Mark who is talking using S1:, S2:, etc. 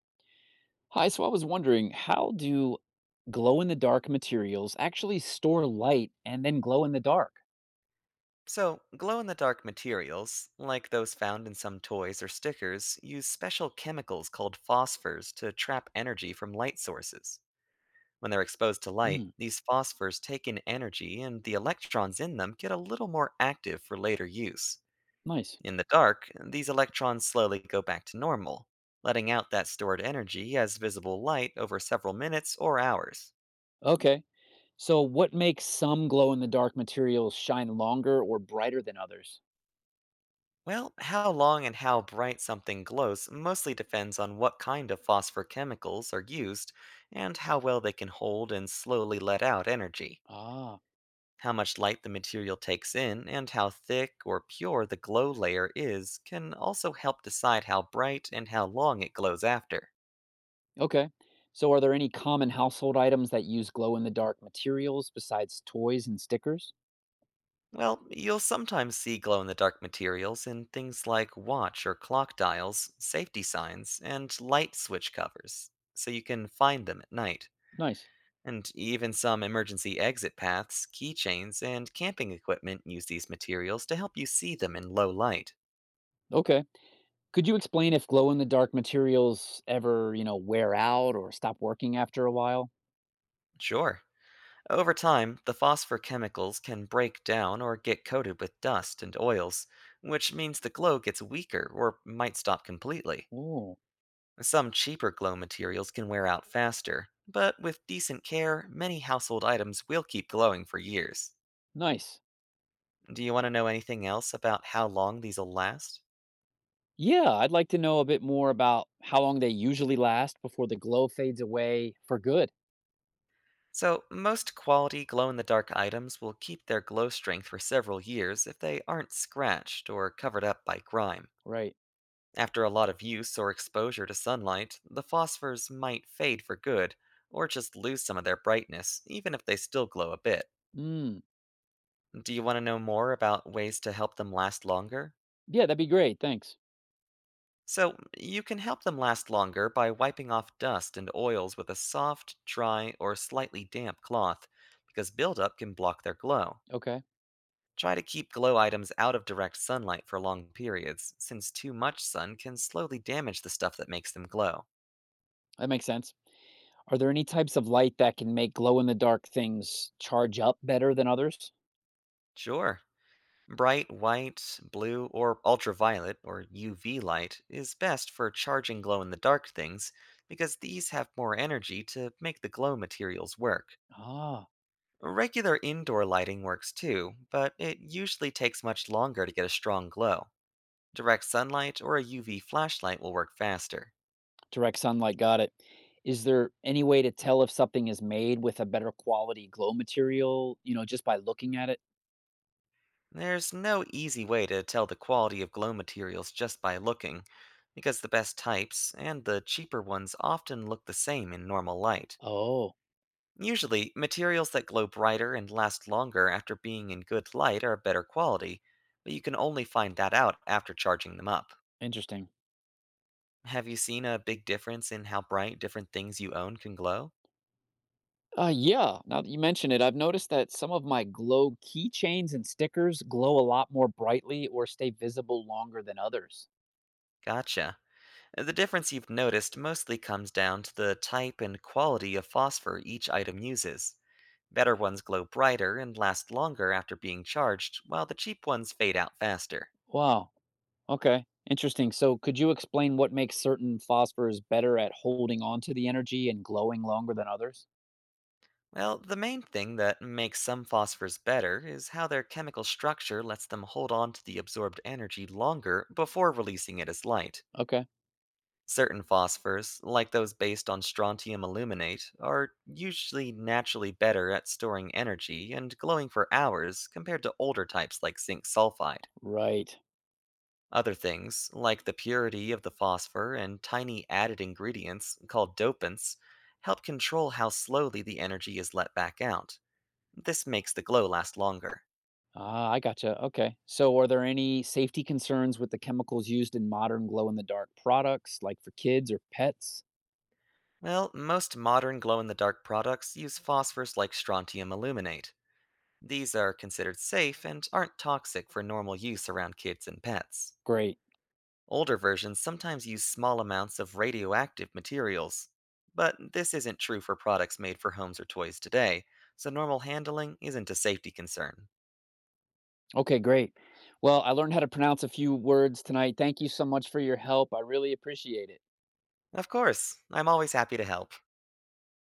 S1: Hi, so I was wondering, how do glow in the dark materials actually store light and then glow in the dark?
S2: So, glow in the dark materials, like those found in some toys or stickers, use special chemicals called phosphors to trap energy from light sources. When they're exposed to light,
S1: Mm,
S2: these phosphors take in energy and the electrons in them get a little more active for later use.
S1: nice.
S2: In the dark, these electrons slowly go back to normal, letting out that stored energy as visible light over several minutes or hours.
S1: Okay. So, what makes some glow in the dark materials shine longer or brighter than others?
S2: Well, how long and how bright something glows mostly depends on what kind of phosphor chemicals are used and how well they can hold and slowly let out energy,
S1: Ah.
S2: how much light the material takes in, and how thick or pure the glow layer is can also help decide how bright and how long it glows after.
S1: Okay. So, are there any common household items that use glow in the dark materials besides toys and stickers?
S2: Well, you'll sometimes see glow in the dark materials in things like watch or clock dials, safety signs, and light switch covers, so you can find them at night.
S1: Nice.
S2: And even some emergency exit paths, keychains, and camping equipment use these materials to help you see them in low light.
S1: Okay. Could you explain if glow in the dark materials ever, wear out or stop working after a while?
S2: Sure. Over time, the phosphor chemicals can break down or get coated with dust and oils, which means the glow gets weaker or might stop completely.
S1: Oh.
S2: Some cheaper glow materials can wear out faster, but with decent care, many household items will keep glowing for years.
S1: Nice.
S2: Do you want to know anything else about how long these will last?
S1: Yeah, I'd like to know a bit more about how long they usually last before the glow fades away for good.
S2: So, most quality glow in the dark items will keep their glow strength for several years if they aren't scratched or covered up by grime.
S1: Right.
S2: After a lot of use or exposure to sunlight, the phosphors might fade for good, or just lose some of their brightness, even if they still glow a bit.
S1: Mm.
S2: Do you want to know more about ways to help them last longer?
S1: Yeah, that'd be great. Thanks.
S2: So, you can help them last longer by wiping off dust and oils with a soft, dry, or slightly damp cloth, because buildup can block their glow.
S1: Okay.
S2: Try to keep glow items out of direct sunlight for long periods, since too much sun can slowly damage the stuff that makes them glow.
S1: That makes sense. Are there any types of light that can make glow in the dark things charge up better than others?
S2: Sure, bright white, blue, or ultraviolet or UV light is best for charging glow in the dark things because these have more energy to make the glow materials work.
S1: Ah,
S2: Regular indoor lighting works too, but it usually takes much longer to get a strong glow. Direct sunlight or a UV flashlight will work faster.
S1: direct sunlight. Got it. Is there any way to tell if something is made with a better quality glow material, just by looking at it?
S2: There's no easy way to tell the quality of glow materials just by looking, because the best types and the cheaper ones often look the same in normal light.
S1: Oh,
S2: Usually, materials that glow brighter and last longer after being in good light are better quality, but you can only find that out after charging them up.
S1: interesting.
S2: Have you seen a big difference in how bright different things you own can glow?
S1: Yeah, now that you mention it, I've noticed that some of my glow keychains and stickers glow a lot more brightly or stay visible longer than others.
S2: Gotcha. The difference you've noticed mostly comes down to the type and quality of phosphor each item uses. Better ones glow brighter and last longer after being charged, while the cheap ones fade out faster.
S1: Wow. Okay. Interesting. So, could you explain what makes certain phosphors better at holding on to the energy and glowing longer than others?
S2: Well, the main thing that makes some phosphors better is how their chemical structure lets them hold on to the absorbed energy longer before releasing it as light.
S1: Okay.
S2: Certain phosphors, like those based on strontium aluminate, are usually naturally better at storing energy and glowing for hours compared to older types like zinc sulfide.
S1: Right.
S2: Other things, like the purity of the phosphor and tiny added ingredients called dopants, help control how slowly the energy is let back out. This makes the glow last longer.
S1: Ah, I gotcha. Okay. So, are there any safety concerns with the chemicals used in modern glow in the dark products, like for kids or pets?
S2: Well, most modern glow in the dark products use phosphors like strontium aluminate. These are considered safe and aren't toxic for normal use around kids and pets.
S1: Great.
S2: Older versions sometimes use small amounts of radioactive materials, but this isn't true for products made for homes or toys today, so normal handling isn't a safety concern.
S1: Okay, great. Well, I learned how to pronounce a few words tonight. Thank you so much for your help. I really appreciate it.
S2: Of course, I'm always happy to help.